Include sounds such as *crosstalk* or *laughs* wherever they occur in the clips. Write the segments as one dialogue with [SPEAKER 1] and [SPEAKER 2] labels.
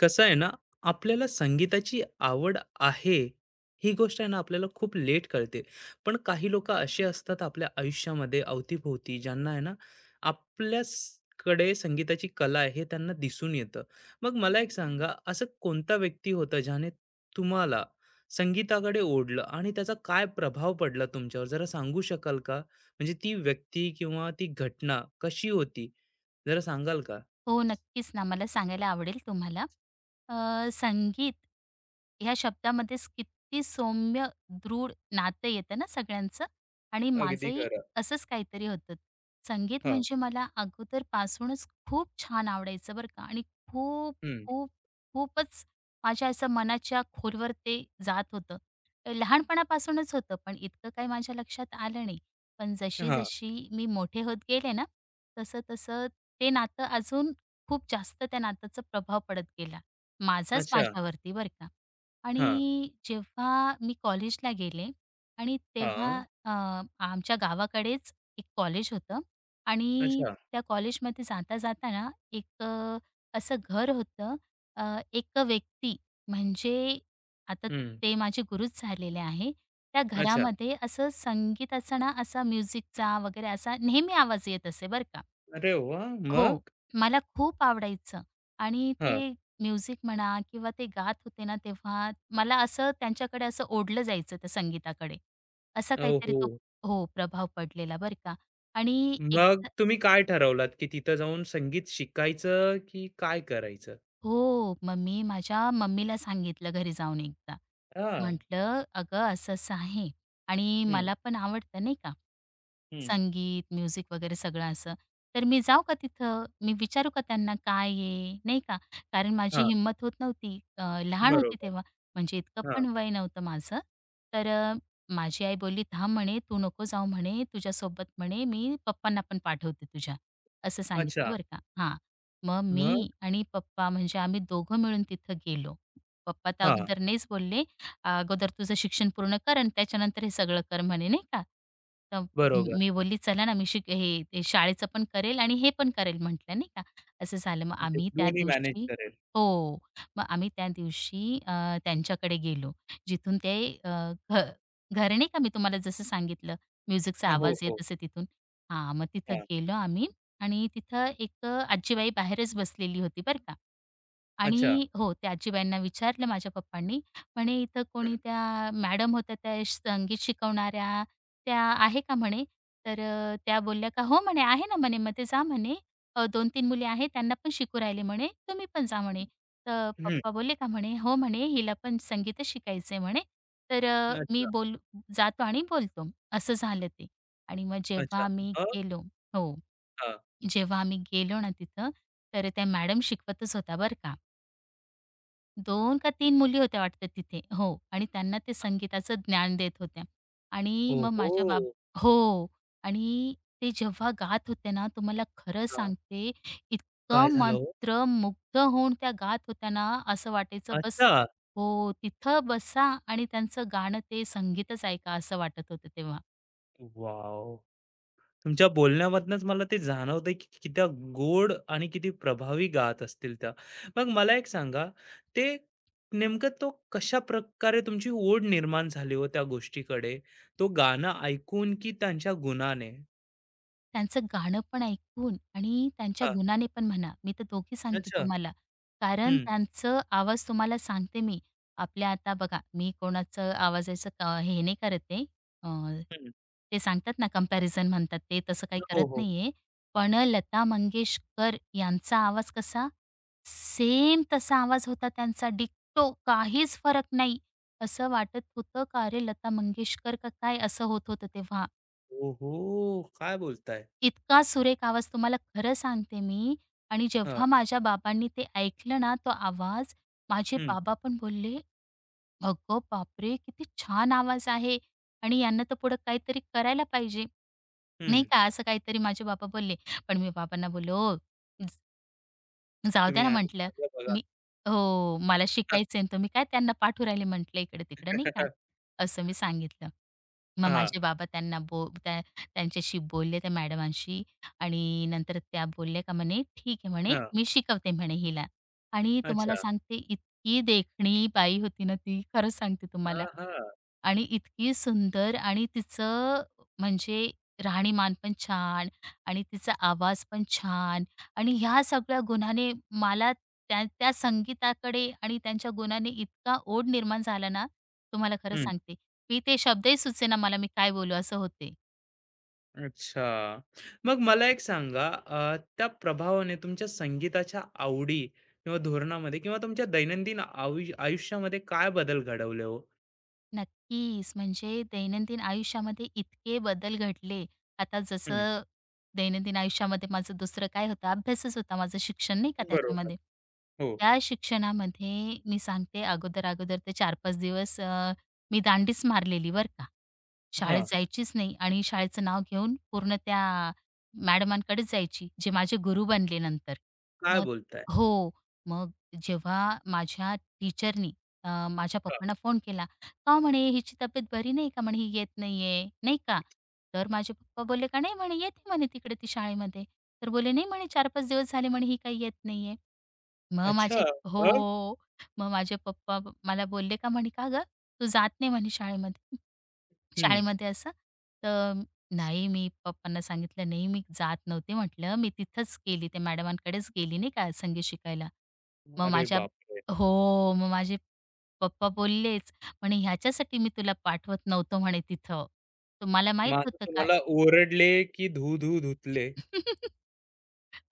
[SPEAKER 1] कसं आहे ना, आपल्याला संगीताची आवड आहे, ही गोष्ट आहे ना आपल्याला खूप लेट कळते. पण काही लोकं असे असतात आपल्या आयुष्यामध्ये अवतीभोवती ज्यांना आहे ना, आपल्याचकडे संगीताची कला आहे हे त्यांना दिसून येतं. मग मला एक सांगा, असं कोणता व्यक्ती होता ज्याने तुम्हाला संगीताकडे ओढलं आणि त्याचा काय प्रभाव पडला तुमच्यावर? जरा सांगू शकाल का? म्हणजे ती व्यक्ती किंवा ती घटना कशी होती? जरा सांगाल का?
[SPEAKER 2] हो, नक्कीच ना. मला सांगायला आवडेल तुम्हाला. संगीत ह्या शब्दामध्येच किती सौम्य, दृढ नातं येतं ना सगळ्यांचं आणि
[SPEAKER 1] अगदी
[SPEAKER 2] माझंही
[SPEAKER 1] खरं.
[SPEAKER 2] असंच काहीतरी होतं. संगीत
[SPEAKER 1] हां.
[SPEAKER 2] म्हणजे मला अगोदरपासूनच खूप छान आवडायचं बरं का आणि खूप,
[SPEAKER 1] हं.
[SPEAKER 2] खूप, खूपच माझ्या असं मनाच्या खोलवर ते जात होतं. लहानपणापासूनच होतं, पण इतकं काही माझ्या लक्षात आलं नाही. पण
[SPEAKER 1] हां.
[SPEAKER 2] जशी-जशी मी मोठे होत गेले ना, तसं-तसं ते नातं अजून खूप जास्त त्या नात्याचा प्रभाव पडत गेला. माझाच
[SPEAKER 1] अच्छा.
[SPEAKER 2] माझ्यावरती बरं का.
[SPEAKER 1] हां,
[SPEAKER 2] आणि जेव्हा मी कॉलेजला गेले आणि तेव्हा
[SPEAKER 1] हां.
[SPEAKER 2] अ, आमच्या गावाकडेच एक कॉलेज होतं आणि
[SPEAKER 1] अच्छा.
[SPEAKER 2] त्या कॉलेजमध्ये जाता जाताना एक असं घर होतं. अ, एक व्यक्ती म्हणजे आता तर
[SPEAKER 1] हं.
[SPEAKER 2] ते माझे गुरुच झालेले आहे. त्या
[SPEAKER 1] अच्छा.
[SPEAKER 2] घरामध्ये असं संगीताचा ना असा म्युझिकचा वगैरे असा नेहमी आवाज येत असे बरं का.
[SPEAKER 1] अरे वाह!
[SPEAKER 2] हो,
[SPEAKER 1] मग?
[SPEAKER 2] मला खूप आवडायचं आणि
[SPEAKER 1] हां.
[SPEAKER 2] ते म्युझिक म्हणा किंवा ते गात होते ना, तेव्हा मला असं त्यांच्याकडे असं ओढलं जायचं त्या संगीताकडे. असा
[SPEAKER 1] ओ,
[SPEAKER 2] काहीतरी तो
[SPEAKER 1] हो.
[SPEAKER 2] हो, प्रभाव पडलेला बरं का आणि एक
[SPEAKER 1] मग तुम्ही काय ठरवलात, की तिथं जाऊन संगीत शिकायचं की काय करायचं?
[SPEAKER 2] हो. मग मी माझ्या मम्मीला सांगितलं घरी जाऊन एकदा.
[SPEAKER 1] हां.
[SPEAKER 2] म्हटलं, "अगं, असं-असं आहे आणि
[SPEAKER 1] हं,
[SPEAKER 2] मला पण आवडतं नाही का,
[SPEAKER 1] हं.
[SPEAKER 2] संगीत, म्युझिक वगैरे सगळं असं. तर मी जाऊ का तिथं? मी विचारू का त्यांना काय आहे?" नाही का. कारण माझी
[SPEAKER 1] हां,
[SPEAKER 2] हिंमत होत नव्हती. लहान होती
[SPEAKER 1] बरोबर.
[SPEAKER 2] तेव्हा, म्हणजे इतकं
[SPEAKER 1] हां.
[SPEAKER 2] पण वय नव्हतं माझं. तर माझी आई बोलली, "थांब," म्हणे, "तू नको जाऊ," म्हणे, "तुझ्यासोबत," म्हणे, "मी पप्पांना पण पाठवते तुझ्या." असं सांगितलं
[SPEAKER 1] अच्छा.
[SPEAKER 2] बरं का. हां. मग मी
[SPEAKER 1] मग?
[SPEAKER 2] आणि पप्पा म्हणजे आम्ही दोघं मिळून तिथं गेलो. पप्पा तर
[SPEAKER 1] हां,
[SPEAKER 2] अगोदर नाहीच बोलले. "अगोदर तुझं शिक्षण पूर्ण कर आणि त्याच्यानंतर हे सगळं कर" म्हणे नाही का. तर
[SPEAKER 1] बरोबर.
[SPEAKER 2] म- मी बोलली, "चला ना, मी शिक हे ते शाळेचं पण करेल आणि हे पण करेल" म्हटलं नाही का. असं झालं. मग
[SPEAKER 1] म्हणजे
[SPEAKER 2] आम्ही त्या
[SPEAKER 1] दोन्ही मॅनेज
[SPEAKER 2] दिवशी
[SPEAKER 1] करेल.
[SPEAKER 2] हो. मग आम्ही त्या दिवशी त्यांच्याकडे गेलो. जिथून ते अ, घ घर नाही का मी तुम्हाला जसं सांगितलं म्युझिकचा
[SPEAKER 1] हो,
[SPEAKER 2] आवाज
[SPEAKER 1] हो.
[SPEAKER 2] येत असे तिथून. हां, मग तिथं
[SPEAKER 1] हां.
[SPEAKER 2] गेलो आम्ही आणि तिथं एक आजीबाई बाहेरच बसलेली होती बरं का.
[SPEAKER 1] अच्छा.
[SPEAKER 2] आणि हो, त्या आजीबाईंना विचारलं माझ्या पप्पांनी, म्हणे "इथं कोणी
[SPEAKER 1] हं,
[SPEAKER 2] त्या मॅडम होत्या त्या संगीत शिकवणाऱ्या, त्या आहे का?" म्हणे. तर त्या बोलल्या का "हो," म्हणे, "आहे ना," म्हणे, "मग ते जा," म्हणे. 2-3 मुली आहेत त्यांना पण शिकू राहिले म्हणे, "तुम्ही पण जा," म्हणे. तर
[SPEAKER 1] हं.
[SPEAKER 2] पप्पा बोलले का म्हणे, "हो," म्हणे, "हिला पण संगीतच शिकायचंय," म्हणे. तर अ, मी
[SPEAKER 1] अच्छा,
[SPEAKER 2] बोल जातो आणि बोलतो. असं झालं ते. आणि मग
[SPEAKER 1] अच्छा.
[SPEAKER 2] जेव्हा मी
[SPEAKER 1] मग?
[SPEAKER 2] गेलो हो.
[SPEAKER 1] हां.
[SPEAKER 2] जेव्हा आम्ही गेलो ना तिथं, तर त्या मॅडम शिकवतच होत्या बरं का. 2 का 3 मुली होत्या वाटतं तिथे. हो आणि त्यांना ते संगीताचं ज्ञान देत होत्या. आणि मग माझ्या बाब
[SPEAKER 1] ओहो!
[SPEAKER 2] हो. आणि ते जेव्हा गात होते ना, तुम्हाला खरं
[SPEAKER 1] हां.
[SPEAKER 2] सांगते,
[SPEAKER 1] काय
[SPEAKER 2] इतकं
[SPEAKER 1] झालं हो?
[SPEAKER 2] मंत्र मुग्ध होऊन त्या गात होत्या ना, असं वाटायचं बस
[SPEAKER 1] अच्छा.
[SPEAKER 2] हो, तिथं बसा आणि त्यांचं गाणं ते संगीतच ऐका असं वाटत होतं तेव्हा.
[SPEAKER 1] वॉव! तुमच्या बोलण्यामधनंच मला ते जाणवतंय की किती गोड आणि किती प्रभावी गात असतील त्या. मग मला एक सांगा, ते नेमकं तो कशा प्रकारे तुमची ओढ निर्माण झाली हो त्या गोष्टीकडे? तो गाणं ऐकून की त्यांच्या गुणाने?
[SPEAKER 2] त्यांचं गाणं पण ऐकून आणि त्यांच्या
[SPEAKER 1] हां,
[SPEAKER 2] गुणाने पण म्हणा, मी तर दोघी सांगते
[SPEAKER 1] अच्छा.
[SPEAKER 2] तुम्हाला. कारण
[SPEAKER 1] हं,
[SPEAKER 2] त्यांचं आवाज तुम्हाला सांगते मी, आपल्या आता बघा, मी कोणाचं आवाजाचं क हे नाही करते,
[SPEAKER 1] हं.
[SPEAKER 2] ते सांगतात ना कंपॅरिझन म्हणतात ते, तसं काही
[SPEAKER 1] हो,
[SPEAKER 2] करत
[SPEAKER 1] हो.
[SPEAKER 2] नाहीये. पण लता मंगेशकर यांचा आवाज कसा, सेम तसा आवाज होता त्यांचा डिट्टो, काहीच फरक नाही. असं वाटत होतं का अरे लता मंगेशकर का काय असं होत होतं तेव्हा.
[SPEAKER 1] ओहो! काय बोलताय?
[SPEAKER 2] इतका सुरेख आवाज तुम्हाला खरं सांगते मी आणि
[SPEAKER 1] हां,
[SPEAKER 2] जेव्हा माझ्या बाबांनी ते ऐकलं ना तो आवाज, माझे
[SPEAKER 1] हं,
[SPEAKER 2] बाबा पण बोलले, "अगं बापरे! किती छान आवाज आहे आणि यांना तर पुढं काहीतरी करायला पाहिजे." नाही
[SPEAKER 1] हं.
[SPEAKER 2] का असं काहीतरी माझे बाबा बोलले. पण मी बाबांना बोलले, जाऊ द्या
[SPEAKER 1] तुम्ही
[SPEAKER 2] ना
[SPEAKER 1] आधी
[SPEAKER 2] म्हटलं.
[SPEAKER 1] मागं बघा.
[SPEAKER 2] मी हो, मला शिकायचंय आणि तुम्ही काय त्यांना पाठवू राहिले म्हटलं इकडं-तिकडं
[SPEAKER 1] *laughs*
[SPEAKER 2] नाही का,
[SPEAKER 1] हां.
[SPEAKER 2] असं मी सांगितलं. मग
[SPEAKER 1] हां,
[SPEAKER 2] माझे बाबा त्यांना बो त्या त्यांच्याशी बोलले त्या मॅडमांशी आणि नंतर त्या बोलल्या का म्हणे, "ठीक आहे," म्हणे, "मी शिकवते," म्हणे, "हिला." आणि तुम्हाला
[SPEAKER 1] अच्छा.
[SPEAKER 2] सांगते इतकी देखणी बाई होती ना ती, खरंच सांगते तुम्हाला.
[SPEAKER 1] हां, हां.
[SPEAKER 2] आणि इतकी सुंदर आणि तिचं म्हणजे राहणीमान पण छान आणि तिचा आवाज पण छान आणि ह्या सगळ्या गुणाने मला त्या त्या संगीताकडे आणि त्यांच्या गुणाने इतका ओढ निर्माण झाला ना, तुम्हाला खरं सांगते. मी ते शब्दही सुचेना मला मी काय बोलू असं होते.
[SPEAKER 1] अच्छा. मग मला एक सांगा, त्या प्रभावाने तुमच्या संगीताच्या आवडी किंवा धोरणामध्ये किंवा तुमच्या दैनंदिन आयुष्यामध्ये काय बदल घडवले हो?
[SPEAKER 2] नक्कीच. म्हणजे दैनंदिन आयुष्यामध्ये इतके बदल घडले. आता
[SPEAKER 1] हं,
[SPEAKER 2] जसं दैनंदिन आयुष्यामध्ये माझं दुसरं काय होतं, अभ्यासच होता माझं शिक्षण नाही का
[SPEAKER 1] बरोबर.
[SPEAKER 2] त्याच्यामध्ये.
[SPEAKER 1] हो.
[SPEAKER 2] त्या शिक्षणामध्ये मी सांगते अगोदर-अगोदर ते 4-5 दिवस मी दांडीच मारलेली बरं का. शाळेत
[SPEAKER 1] हां.
[SPEAKER 2] जायचीच नाही आणि शाळेचं नाव घेऊन पूर्ण त्या मॅडमांकडेच जायची, जे माझे गुरु बनले नंतर.
[SPEAKER 1] काय
[SPEAKER 2] मग
[SPEAKER 1] बोलताय?
[SPEAKER 2] हो. मग जेव्हा माझ्या टीचरनी माझ्या
[SPEAKER 1] हां.
[SPEAKER 2] पप्पांना फोन केला का म्हणे हिची तब्येत बरी नाही का म्हणे ही येत नाहीये नाही का. तर माझे पप्पा बोलले का नाही म्हणे येते म्हणे तिकडे ती शाळेमध्ये. तर बोलले नाही म्हणे 4-5 दिवस झाले म्हणे ही काही येत नाहीये. मग
[SPEAKER 1] अच्छा,
[SPEAKER 2] माझे
[SPEAKER 1] मग?
[SPEAKER 2] हो. मग माझे पप्पा मला बोलले का म्हणे का गं तू जात नाही म्हणे शाळेमध्ये *laughs*
[SPEAKER 1] हं.
[SPEAKER 2] शाळेमध्ये असं. तर नाही मी पप्पांना सांगितलं नाही मी जात नव्हते म्हटलं मी तिथंच गेली त्या मॅडमांकडेच गेली नाही का संगीत शिकायला. मग
[SPEAKER 1] अरे
[SPEAKER 2] माझ्या
[SPEAKER 1] बापरे!
[SPEAKER 2] हो, मग माझे पप्पा बोललेच, म्हणे "ह्याच्यासाठी मी तुला पाठवत नव्हतो" म्हणे तिथं. तुम्हाला
[SPEAKER 1] मग
[SPEAKER 2] माहीत
[SPEAKER 1] आता
[SPEAKER 2] होतं काय?
[SPEAKER 1] तुम्हाला ओरडले की धू-धू धुतले?
[SPEAKER 2] *laughs*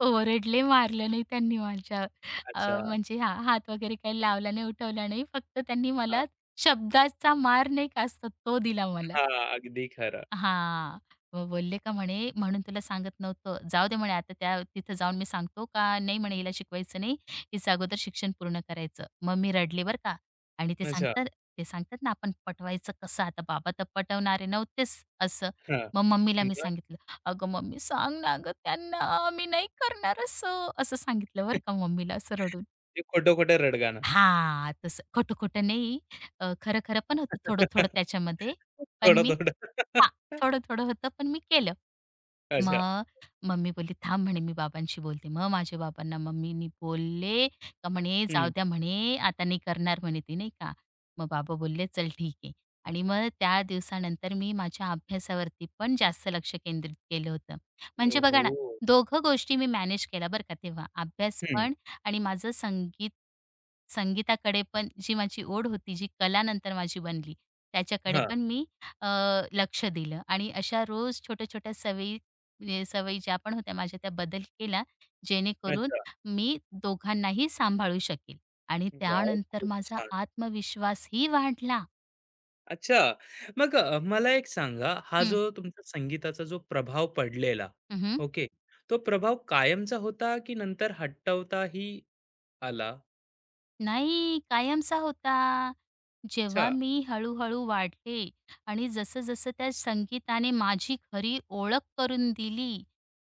[SPEAKER 2] ओरडले, मारलं नाही त्यांनी माझ्या
[SPEAKER 1] अच्छा.
[SPEAKER 2] म्हणजे हा हात वगैरे काही लावला नाही, उठवला नाही. फक्त त्यांनी
[SPEAKER 1] हां,
[SPEAKER 2] मला शब्दाचा मार नाही का असतो तो दिला मला.
[SPEAKER 1] हां. अगदी खरं.
[SPEAKER 2] हां. मग बोलले का म्हणे, "म्हणून तुला सांगत नव्हतं. जाऊ दे म्हणे आता त्या तिथं जाऊन मी सांगतो का नाही म्हणे हिला शिकवायचं नाही. हिचं अगोदर शिक्षण पूर्ण करायचं." मग मी रडले बरं का. आणि ते
[SPEAKER 1] अच्छा.
[SPEAKER 2] सांगतात ते सांगतात ना आपण पटवायचं कसं आता बाबा तर पटवणारे नव्हतेच असं.
[SPEAKER 1] हां.
[SPEAKER 2] मग मम्मीला मी
[SPEAKER 1] मग?
[SPEAKER 2] सांगितलं, "अगं मम्मी सांग ना गं त्यांना, मी नाही करणार असं." असं सांगितलं बरं का मम्मीला असं रडून.
[SPEAKER 1] ते खोटं-खोटं रडगाणं.
[SPEAKER 2] हां, तसं खोटं-खोटं नाही. खरं-खरं पण होतं थोडं-थोडं
[SPEAKER 1] *laughs*
[SPEAKER 2] त्याच्यामध्ये. पण मी
[SPEAKER 1] थोडं-थोडं.
[SPEAKER 2] हां, थोडं-थोडं होतं, पण मी केलं.
[SPEAKER 1] अच्छा.
[SPEAKER 2] मग मम्मी बोलली, "थांब," म्हणे, "मी बाबांशी बोलते." मग माझ्या बाबांना मम्मीनी बोलले का म्हणे, "जाऊ
[SPEAKER 1] हं.
[SPEAKER 2] द्या," म्हणे, "आता नाही करणार," म्हणे ती, नाही का. मग बाबा बोलले, "चल ठीक आहे." आणि मग त्या दिवसानंतर मी माझ्या अभ्यासावरती पण जास्त लक्ष केंद्रित केलं होतं. म्हणजे बघा ना,
[SPEAKER 1] ओहो!
[SPEAKER 2] दोघं गोष्टी मी मॅनेज केल्या बरं का तेव्हा. अभ्यास
[SPEAKER 1] हं.
[SPEAKER 2] पण आणि माझं संगीताकडे पण जी माझी ओढ होती, जी कला नंतर माझी बनली, त्याच्याकडे
[SPEAKER 1] हां.
[SPEAKER 2] पण मी अ, लक्ष दिलं आणि अशा रोज छोट्या-छोट्या सवयी म्हणजे सवयी ज्या पण होत्या माझ्या त्या बदल केला, जेणेकरून
[SPEAKER 1] अच्छा.
[SPEAKER 2] मी दोघांनाही सांभाळू शकेल आणि
[SPEAKER 1] वॉव!
[SPEAKER 2] त्यानंतर
[SPEAKER 1] खूप
[SPEAKER 2] माझा
[SPEAKER 1] छान.
[SPEAKER 2] आत्मविश्वासही वाढला.
[SPEAKER 1] अच्छा, मग मला एक सांगा, हा
[SPEAKER 2] हं.
[SPEAKER 1] जो तुमचा संगीताचा जो प्रभाव पडलेला,
[SPEAKER 2] हं,
[SPEAKER 1] ओके. तो प्रभाव कायमचा होता की नंतर हटवताही आला?
[SPEAKER 2] नाही, कायमचा होता.
[SPEAKER 1] अच्छा.
[SPEAKER 2] जेव्हा मी हळू-हळू वाढले आणि जसं-जसं त्या संगीताने माझी खरी ओळख करून दिली,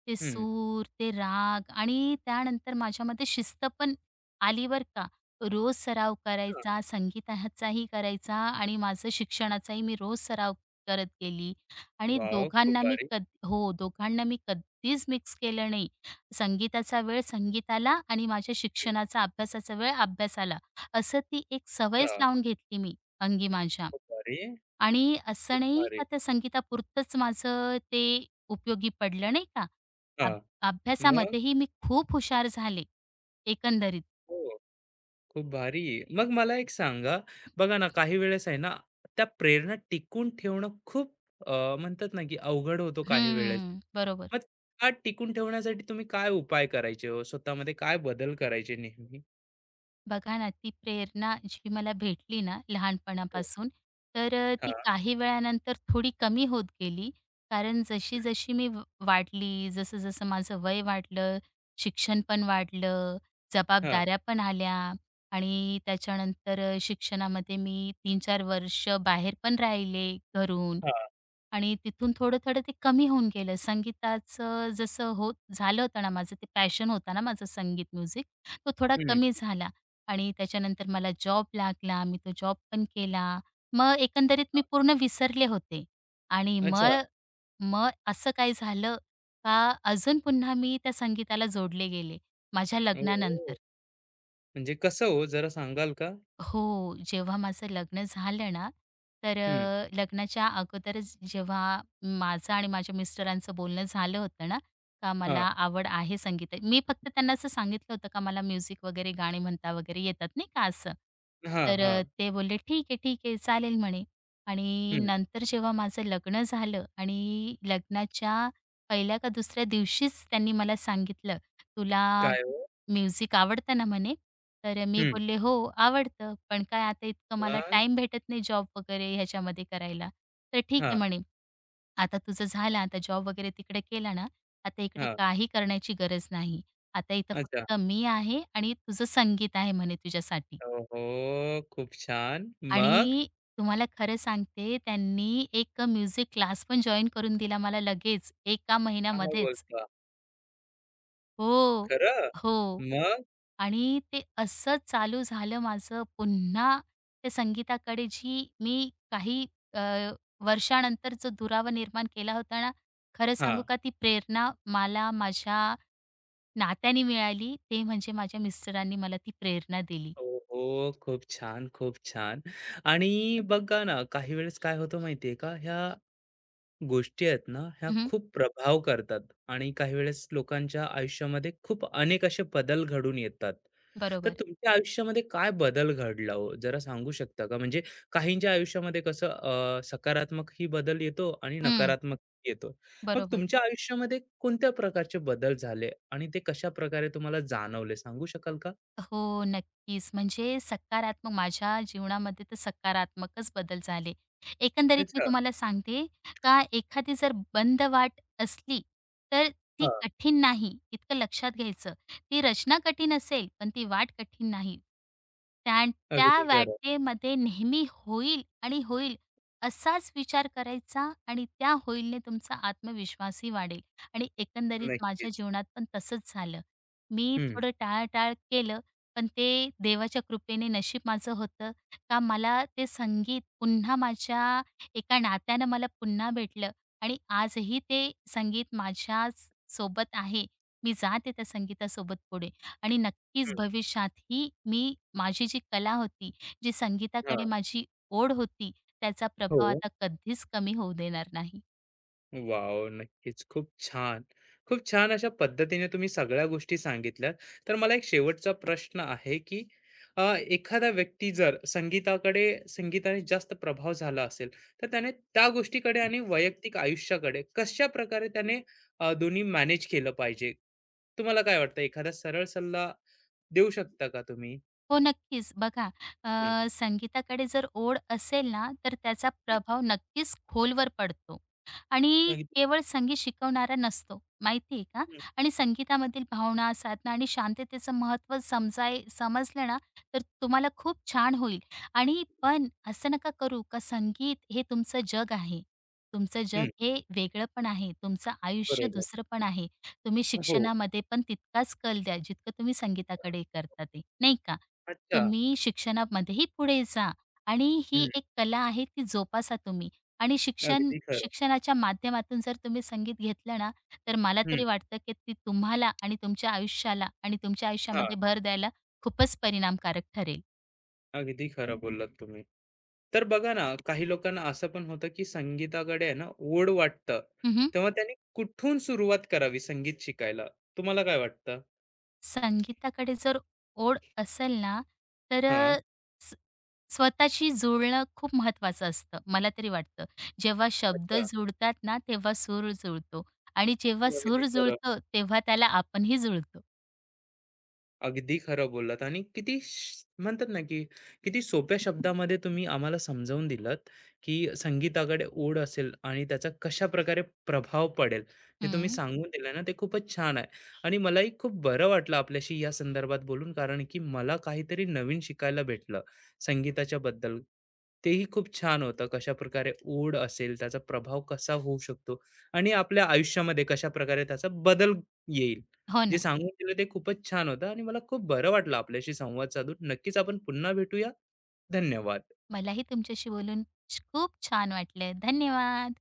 [SPEAKER 2] ते
[SPEAKER 1] हं.
[SPEAKER 2] सूर, ते राग आणि त्यानंतर माझ्यामध्ये शिस्त पण आली बरं का. रोज सराव
[SPEAKER 1] अच्छा.
[SPEAKER 2] करायचा, संगीताचाही करायचा आणि माझं शिक्षणाचाही मी रोज सराव करत गेली आणि
[SPEAKER 1] वॉव! खूप
[SPEAKER 2] दोघांना मी
[SPEAKER 1] भारी.
[SPEAKER 2] कध हो, दोघांना मी कधीच मिक्स केलं नाही. संगीताचा वेळ संगीताला आणि माझ्या
[SPEAKER 1] हं.
[SPEAKER 2] शिक्षणाचा, अभ्यासाचा वेळ अभ्यासाला. असं ती एक
[SPEAKER 1] अच्छा.
[SPEAKER 2] सवयच लावून घेतली मी अंगी माझ्या
[SPEAKER 1] खूप भारी,
[SPEAKER 2] आणि
[SPEAKER 1] खूप
[SPEAKER 2] असं नाही
[SPEAKER 1] भारी.
[SPEAKER 2] का त्या संगीतापुरतंच माझं ते उपयोगी पडलं नाही का. अभ
[SPEAKER 1] हां. मग?
[SPEAKER 2] अभ्यासामध्येही मी खूप हुशार झाले एकंदरीत.
[SPEAKER 1] हो. खूप भारी. मग मला एक सांगा, बघा ना काही वेळेस आहे ना, त्या प्रेरणा टिकून ठेवणं खूप म्हणतात ना, की अवघड होतो काही वेळेस.
[SPEAKER 2] हं, बरोबर.
[SPEAKER 1] मग त्या टिकून ठेवण्यासाठी तुम्ही काय उपाय करायचे हो? स्वतःमध्ये काय बदल करायचे नेहमी?
[SPEAKER 2] बघा ना, ती प्रेरणा जी मला भेटली ना
[SPEAKER 1] हो.
[SPEAKER 2] लहानपणापासून, तर ती
[SPEAKER 1] हां,
[SPEAKER 2] काही वेळानंतर थोडी कमी होत गेली. कारण जशी-जशी मी व वाढली, जसं-जसं माझं वय वाढलं, शिक्षण पण वाढलं,
[SPEAKER 1] हां,
[SPEAKER 2] जबाबदाऱ्या पण आल्या आणि त्याच्यानंतर शिक्षणामध्ये मी 3-4 वर्ष बाहेर पण राहिले घरून
[SPEAKER 1] हां.
[SPEAKER 2] आणि तिथून थोडं-थोडं ते कमी होऊन गेलं. संगीताचं जसं होत झालं होतं ना माझं, ते पॅशन होता ना माझं संगीत, म्युझिक, तो थोडा कमी झाला. आणि त्याच्यानंतर मला जॉब लागला. मी तो जॉब पण केला. मग एकंदरीत मी पूर्ण विसरले होते आणि
[SPEAKER 1] अच्छा.
[SPEAKER 2] मग मग असं काय झालं का अजून पुन्हा मी त्या संगीताला जोडले गेले माझ्या लग्नानंतर.
[SPEAKER 1] ओह! म्हणजे कसं हो? जरा सांगाल का?
[SPEAKER 2] हो, जेव्हा माझं लग्न झालं ना, तर
[SPEAKER 1] हं.
[SPEAKER 2] अ, लग्नाच्या अगोदरच जेव्हा माझं आणि माझ्या मिस्टरांचं बोलणं झालं होतं ना, का मला
[SPEAKER 1] हां.
[SPEAKER 2] आवड आहे संगीता मी फक्त त्यांना असं सांगितलं होतं का मला म्युझिक वगैरे गाणी म्हणता वगैरे येतात नाही का असं.
[SPEAKER 1] हां,
[SPEAKER 2] तर
[SPEAKER 1] हां.
[SPEAKER 2] ते बोलले, "ठीक आहे, ठीक आहे, चालेल" म्हणे. आणि
[SPEAKER 1] हं.
[SPEAKER 2] नंतर जेव्हा माझं लग्न झालं आणि लग्नाच्या पहिल्या का दुसऱ्या दिवशीच त्यांनी मला सांगितलं, "तुला
[SPEAKER 1] काय हो?
[SPEAKER 2] म्युझिक आवडतं ना म्हणे? तर मी
[SPEAKER 1] हं.
[SPEAKER 2] बोलले, "हो, आवडतं. पण काय आता इतकं मला
[SPEAKER 1] मग?
[SPEAKER 2] टाईम भेटत नाही जॉब वगैरे ह्याच्यामध्ये करायला." तर "ठीक आहे,"
[SPEAKER 1] हां,
[SPEAKER 2] म्हणे, "आता तुझं झालं. आता जॉब वगैरे तिकडे केला ना, आता इकडे
[SPEAKER 1] हां.
[SPEAKER 2] काही करण्याची गरज नाही. आता इथं
[SPEAKER 1] अच्छा.
[SPEAKER 2] फक्त मी आहे आणि तुझं संगीत आहे," म्हणे, "तुझ्यासाठी."
[SPEAKER 1] ओहो! खूप छान. मग?
[SPEAKER 2] आणि तुम्हाला खरं सांगते, त्यांनी एक म्युझिक क्लास पण जॉइन करून दिला मला लगेच, एका
[SPEAKER 1] काय
[SPEAKER 2] महिन्यामध्येच.
[SPEAKER 1] बोलता?
[SPEAKER 2] हो.
[SPEAKER 1] खरं?
[SPEAKER 2] हो.
[SPEAKER 1] मग?
[SPEAKER 2] आणि ते असं चालू झालं माझं पुन्हा त्या संगीताकडे जी मी काही अ, वर्षानंतर जो दुरावा निर्माण केला होता ना, खरं सांगू
[SPEAKER 1] हां.
[SPEAKER 2] का ती प्रेरणा मला माझ्या नात्याने मिळाली. ते म्हणजे माझ्या मिस्टरांनी मला ती प्रेरणा दिली.
[SPEAKER 1] ओहो! खूप छान, खूप छान. आणि बघा ना, काही वेळेस काय होतं माहिती आहे का, ह्या गोष्टी आहेत ना, ह्या
[SPEAKER 2] हं,
[SPEAKER 1] खूप प्रभाव करतात आणि काही वेळेस लोकांच्या आयुष्यामध्ये खूप अनेक असे बदल घडून येतात. तर
[SPEAKER 2] बरोबर.
[SPEAKER 1] तुमच्या आयुष्यामध्ये काय बदल घडला हो? जरा सांगू शकता का? म्हणजे काहींच्या आयुष्यामध्ये कसं सकारात्मक ही बदल येतो आणि
[SPEAKER 2] हं,
[SPEAKER 1] नकारात्मक येतो. मग
[SPEAKER 2] बरोबर.
[SPEAKER 1] तुमच्या आयुष्यामध्ये कोणत्या प्रकारचे बदल झाले आणि ते कशाप्रकारे तुम्हाला जाणवले सांगू शकाल का?
[SPEAKER 2] हो, नक्कीच. म्हणजे सकारात्मक माझ्या जीवनामध्ये तर सकारात्मकच बदल झाले. एकंदरीत मी
[SPEAKER 1] अच्छा.
[SPEAKER 2] तुम्हाला सांगते का एखादी जर बंद वाट असली, तर ती
[SPEAKER 1] हां.
[SPEAKER 2] कठीण नाही, इतकं लक्षात घ्यायचं. ती रचना कठीण असेल, पण ती वाट कठीण नाही. त्या त्या
[SPEAKER 1] अगदी खरं.
[SPEAKER 2] वाटेमध्ये नेहमी होईल आणि होईल असाच विचार करायचा आणि त्या होईलने तुमचा आत्मविश्वासही वाढेल आणि एकंदरीत माझ्या
[SPEAKER 1] नक्कीच.
[SPEAKER 2] जीवनात पण तसंच झालं. मी
[SPEAKER 1] हं.
[SPEAKER 2] थोडं टाळाटाळ केलं पण ते देवाच्या कृपेने नशीब माझं होतं का मला ते संगीत पुन्हा माझ्या एका नात्यानं मला पुन्हा भेटलं आणि आजही ते संगीत माझ्याच सोबत आहे. मी जाते त्या संगीतासोबत पुढे आणि नक्कीच
[SPEAKER 1] हं.
[SPEAKER 2] भविष्यातही मी माझी जी कला होती, जी संगीताकडे
[SPEAKER 1] हां.
[SPEAKER 2] माझी ओढ होती, त्याचा प्रभाव
[SPEAKER 1] हो.
[SPEAKER 2] आता कधीच कमी होऊ देणार नाही.
[SPEAKER 1] वाव, नक्कीच. खूप छान. खूप छान अशा पद्धतीने तुम्ही सगळ्या गोष्टी सांगितल्यात. तर मला एक शेवटचा प्रश्न आहे, की अ, एखादा व्यक्ती जर संगीताकडे संगीताने जास्त प्रभाव झाला असेल, तर त्याने त्या गोष्टीकडे आणि वैयक्तिक आयुष्याकडे कशाप्रकारे त्याने दोन्ही मॅनेज केलं पाहिजे? तुम्हाला काय वाटतं? एखादा सरळ सल्ला देऊ शकता का तुम्ही?
[SPEAKER 2] हो, नक्कीच. बघा
[SPEAKER 1] हं,
[SPEAKER 2] अ, संगीताकडे जर ओढ असेल ना, तर त्याचा
[SPEAKER 1] हं.
[SPEAKER 2] प्रभाव नक्कीच खोलवर पडतो आणि
[SPEAKER 1] अगदी.
[SPEAKER 2] केवळ संगीत शिकवणारा नसतो, माहिती आहे का?
[SPEAKER 1] हं,
[SPEAKER 2] आणि संगीतामधील भावना, साधना आणि शांततेचं महत्त्व समजलं ना, तर तुम्हाला खूप छान होईल. आणि पण असं नका करू का संगीत हे तुमचं जग आहे. तुमचं जग
[SPEAKER 1] हं.
[SPEAKER 2] हे वेगळं पण आहे, तुमचं आयुष्य
[SPEAKER 1] बरोबर.
[SPEAKER 2] दुसरं पण आहे. तुम्ही
[SPEAKER 1] हो.
[SPEAKER 2] शिक्षणामध्ये पण तितकाच कल द्या, जितकं तुम्ही संगीताकडे करता ते, नाही का?
[SPEAKER 1] अच्छा.
[SPEAKER 2] तुम्ही शिक्षणामध्येही पुढे जा आणि ही
[SPEAKER 1] हं.
[SPEAKER 2] एक कला आहे ती जोपासा तुम्ही आणि शिक्षण
[SPEAKER 1] अगदी खरं.
[SPEAKER 2] शिक्षणाच्या माध्यमातून जर तुम्ही संगीत घेतलं ना, तर मला
[SPEAKER 1] हं.
[SPEAKER 2] तरी वाटतं, की ती तुम्हाला आणि तुमच्या आयुष्याला आणि तुमच्या
[SPEAKER 1] हां.
[SPEAKER 2] आयुष्यामध्ये भर द्यायला खूपच परिणामकारक ठरेल.
[SPEAKER 1] अगदी खरं बोललात तुम्ही. तर बघा ना, काही लोकांना असं पण होतं, की संगीताकडे आहे ना ओढ वाटतं.
[SPEAKER 2] हं,
[SPEAKER 1] तेव्हा त्यांनी कुठून सुरुवात करावी संगीत शिकायला? तुम्हाला काय वाटतं?
[SPEAKER 2] संगीताकडे जर ओढ असेल ना, तर
[SPEAKER 1] हां.
[SPEAKER 2] स्वतःशी जुळणं खूप महत्वाचं असतं, मला तरी वाटतं. जेव्हा शब्द
[SPEAKER 1] अच्छा.
[SPEAKER 2] जुळतात ना, तेव्हा सूर जुळतो आणि जेव्हा
[SPEAKER 1] अगदी
[SPEAKER 2] सूर
[SPEAKER 1] खरं.
[SPEAKER 2] जुळतो, तेव्हा त्याला आपणही जुळतो.
[SPEAKER 1] अगदी खरं बोललात आणि किती म्हणतात ना की किती सोप्या शब्दामध्ये तुम्ही आम्हाला समजावून दिलात की संगीताकडे ओढ असेल आणि त्याचा कशा प्रकारे प्रभाव पडेल ते तुम्ही
[SPEAKER 2] हं,
[SPEAKER 1] सांगून दिलं ना ते खूपच छान आहे आणि मलाही खूप बरं वाटलं आपल्याशी या संदर्भात बोलून कारण की मला काहीतरी नवीन शिकायला भेटलं संगीताच्या बद्दल तेही खूप छान होतं कशा प्रकारे ओढ असेल त्याचा प्रभाव कसा होऊ शकतो आणि आपल्या आयुष्यामध्ये कशा प्रकारे त्याचा बदल येईल
[SPEAKER 2] हो
[SPEAKER 1] जे
[SPEAKER 2] ना.
[SPEAKER 1] सांगून गेलं ते खूपच छान होतं आणि मला खूप बरं वाटलं आपल्याशी संवाद साधून. नक्कीच आपण पुन्हा भेटूया. धन्यवाद.
[SPEAKER 2] मलाही तुमच्याशी बोलून खूप छान वाटलं. धन्यवाद.